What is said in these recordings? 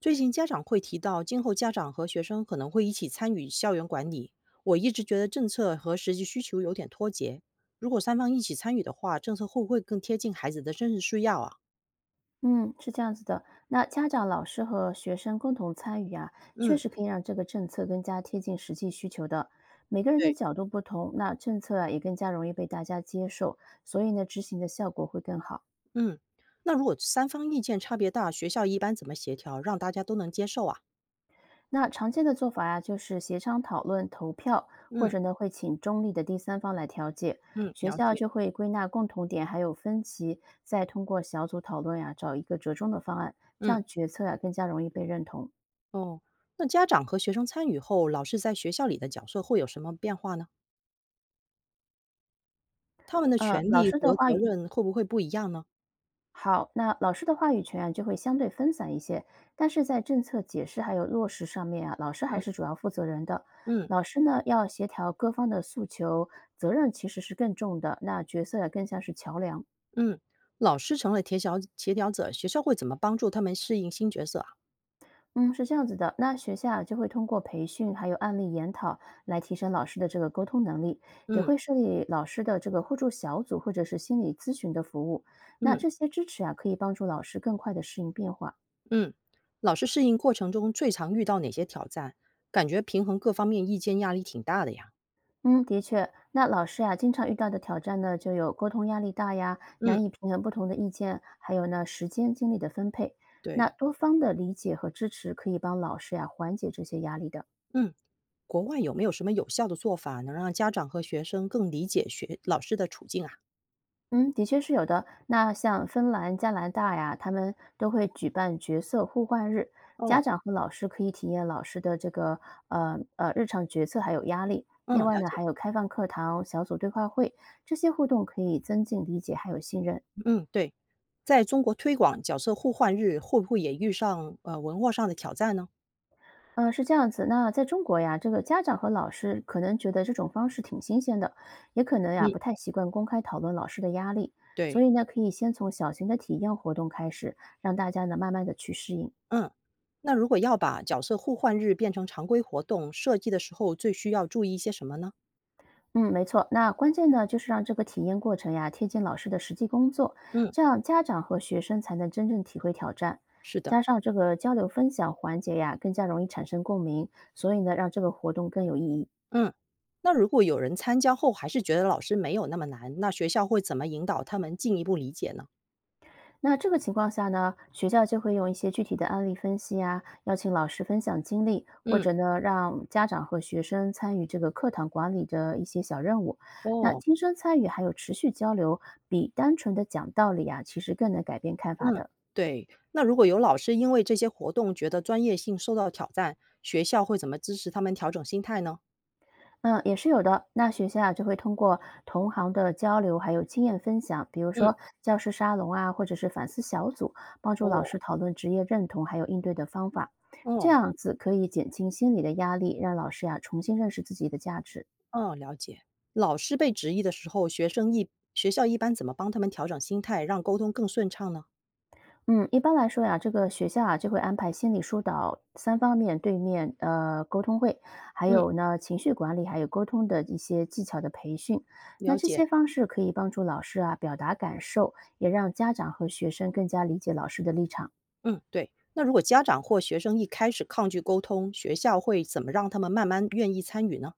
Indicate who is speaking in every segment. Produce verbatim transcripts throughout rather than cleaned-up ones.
Speaker 1: 最近家长会提到，今后家长和学生可能会一起参与校园管理。我一直觉得政策和实际需求有点脱节。如果三方一起参与的话，政策会不会更贴近孩子的真实需要啊？
Speaker 2: 嗯，是这样子的。那家长、老师和学生共同参与啊，确
Speaker 1: 嗯
Speaker 2: 实可以让这个政策更加贴近实际需求的。每个人的
Speaker 1: 对，
Speaker 2: 角度不同，那政策啊也更加容易被大家接受，所以呢，执行的效果会更好。
Speaker 1: 嗯，那如果三方意见差别大，学校一般怎么协调，让大家都能接受啊？
Speaker 2: 那常见的做法呀、就是协商、讨论、投票，或
Speaker 1: 嗯
Speaker 2: 者呢会请中立的第三方来调解。
Speaker 1: 嗯，
Speaker 2: 学
Speaker 1: 了
Speaker 2: 校
Speaker 1: 解。
Speaker 2: 就会归纳共同点还有分歧，再通过小组讨论呀、找一个折中的方案，这
Speaker 1: 嗯
Speaker 2: 样决策呀更加容易被认同。
Speaker 1: 哦，那家长和学生参与后，老师在学校里的角色会有什么变化呢？他们的
Speaker 2: 呃，
Speaker 1: 权
Speaker 2: 老
Speaker 1: 利
Speaker 2: 师的
Speaker 1: 和
Speaker 2: 话
Speaker 1: 责
Speaker 2: 语
Speaker 1: 任会不会不一样呢？
Speaker 2: 好，那老师的话语权啊就会相对分散一些，但是在政策解释还有落实上面啊，老师还是主要负责人的。
Speaker 1: 嗯。
Speaker 2: 老师呢要协调各方的诉求，责任其实是更重的，那角色也更像是桥梁。
Speaker 1: 嗯，老师成了协调协调者，学校会怎么帮助他们适应新角色啊？
Speaker 2: 嗯，是这样子的。那学校啊就会通过培训还有案例研讨来提升老师的这个沟通能力，也
Speaker 1: 嗯
Speaker 2: 会设立老师的这个互助小组或者是心理咨询的服务。那
Speaker 1: 嗯
Speaker 2: 这些支持啊，可以帮助老师更快的适应变化。
Speaker 1: 嗯，老师适应过程中最常遇到哪些挑战？感觉平衡各方面意见压力挺大的呀。
Speaker 2: 嗯，的确，那老师呀，经常遇到的挑战呢，就有沟通压力大呀，
Speaker 1: 嗯，
Speaker 2: 难以平衡不同的意见，还有呢，时间精力的分配。那
Speaker 1: 对，
Speaker 2: 多方的理解和支持可以帮老师呀缓解这些压力的。
Speaker 1: 嗯，国外有没有什么有效的做法能让家长和学生更理解学老师的处境啊？
Speaker 2: 嗯，的确是有的。那像芬兰、加拿大呀，他们都会举办角色互换日，家
Speaker 1: 哦，
Speaker 2: 长和老师可以体验老师的这个呃呃日常角色还有压力。
Speaker 1: 嗯，
Speaker 2: 另外
Speaker 1: 了
Speaker 2: 呢，
Speaker 1: 解，
Speaker 2: 还有开放课堂、小组对话会，这些互动可以增进理解还有信任。
Speaker 1: 嗯，对，在中国推广角色互换日，会不会也遇上呃文化上的挑战呢？
Speaker 2: 嗯，是这样子。那在中国呀，这个家长和老师可能觉得这种方式挺新鲜的，也可能呀
Speaker 1: 嗯，
Speaker 2: 不太习惯公开讨论老师的压力，所
Speaker 1: 对。
Speaker 2: 以呢，可以先从小型的体验活动开始，让大家呢慢慢的去适应。
Speaker 1: 嗯，那如果要把角色互换日变成常规活动，设计的时候最需要注意一些什么呢？
Speaker 2: 嗯，没错。那关键呢，就是让这个体验过程呀贴近老师的实际工作，
Speaker 1: 嗯，
Speaker 2: 这样家长和学生才能真正体会挑战。
Speaker 1: 是
Speaker 2: 加
Speaker 1: 的，
Speaker 2: 上这个交流分享环节呀，更加容易产生共鸣，所以呢，让这个活动更有意义。
Speaker 1: 嗯，那如果有人参加后还是觉得老师没有那么难，那学校会怎么引导他们进一步理解呢？
Speaker 2: 那这个情况下呢，学校就会用一些具体的案例分析啊，邀请老师分享经历，或
Speaker 1: 嗯，
Speaker 2: 者呢，让家长和学生参与这个课堂管理的一些小任务。那
Speaker 1: 哦，
Speaker 2: 亲身参与还有持续交流，比单纯的讲道理啊，其实更能改变看法
Speaker 1: 嗯，
Speaker 2: 的。
Speaker 1: 对。那如果有老师因为这些活动觉得专业性受到挑战，学校会怎么支持他们调整心态呢？
Speaker 2: 嗯，也是有的。那学校啊就会通过同行的交流，还有经验分享，比如
Speaker 1: 嗯，
Speaker 2: 说教师沙龙啊，或者是反思小组，帮助老师
Speaker 1: 哦，
Speaker 2: 讨论职业认同还有应对的方法。这
Speaker 1: 哦。
Speaker 2: 样子可以减轻心理的压力，让老师呀、重新认识自己的价值。
Speaker 1: 哦，了解。老师被质疑的时候，学生一学校一般怎么帮他们调整心态，让沟通更顺畅呢？
Speaker 2: 嗯，一般来说呀，这个学校啊就会安排心理疏导三方面对面呃沟通会，还
Speaker 1: 嗯，
Speaker 2: 有呢情绪管理，还有沟通的一些技巧的培训。那
Speaker 1: 了
Speaker 2: 这些
Speaker 1: 解。
Speaker 2: 方式可以帮助老师啊表达感受，也让家长和学生更加理解老师的立场。
Speaker 1: 嗯，对。那如果家长或学生一开始抗拒沟通，学校会怎么让他们慢慢愿意参与呢？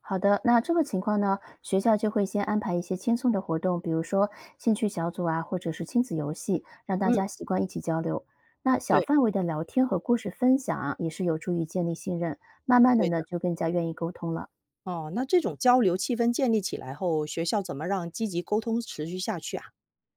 Speaker 2: 好的，那这个情况呢，学校就会先安排一些轻松的活动，比如说兴趣小组啊，或者是亲子游戏，让大
Speaker 1: 嗯，
Speaker 2: 家习惯一起交流。那小
Speaker 1: 对，
Speaker 2: 范围的聊天和故事分享啊，也是有助于建立信任，慢慢的
Speaker 1: 对
Speaker 2: 呢，
Speaker 1: 的。
Speaker 2: 就更加愿意沟通了。
Speaker 1: 哦，那这种交流气氛建立起来后，学校怎么让积极沟通持续下去啊？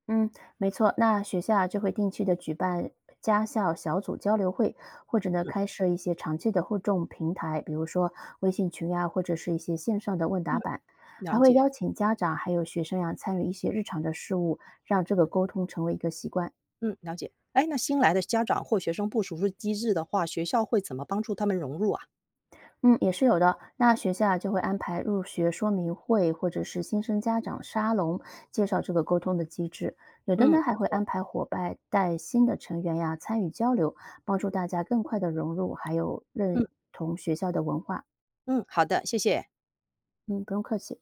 Speaker 2: 嗯，没错。那学校啊就会定期的举办家校小组交流会，或者呢
Speaker 1: 嗯
Speaker 2: 开设一些长期的互动平台，比如说微信群呀、或者是一些线上的问答
Speaker 1: 嗯，
Speaker 2: 版，还
Speaker 1: 了
Speaker 2: 会
Speaker 1: 解。
Speaker 2: 邀请家长还有学生呀、参与一些日常的事务，让这个沟通成为一个习惯。
Speaker 1: 嗯，了解。哎，那新来的家长或学生不熟悉机制的话，学校会怎么帮助他们融入啊？
Speaker 2: 嗯，也是有的。那学校啊就会安排入学说明会，或者是新生家长沙龙，介绍这个沟通的机制。有的呢
Speaker 1: 嗯
Speaker 2: 还会安排伙伴带新的成员呀参与交流，帮助大家更快的融入，还有认
Speaker 1: 嗯
Speaker 2: 同学校的文化。
Speaker 1: 嗯，好的，谢谢。
Speaker 2: 嗯，不用客气。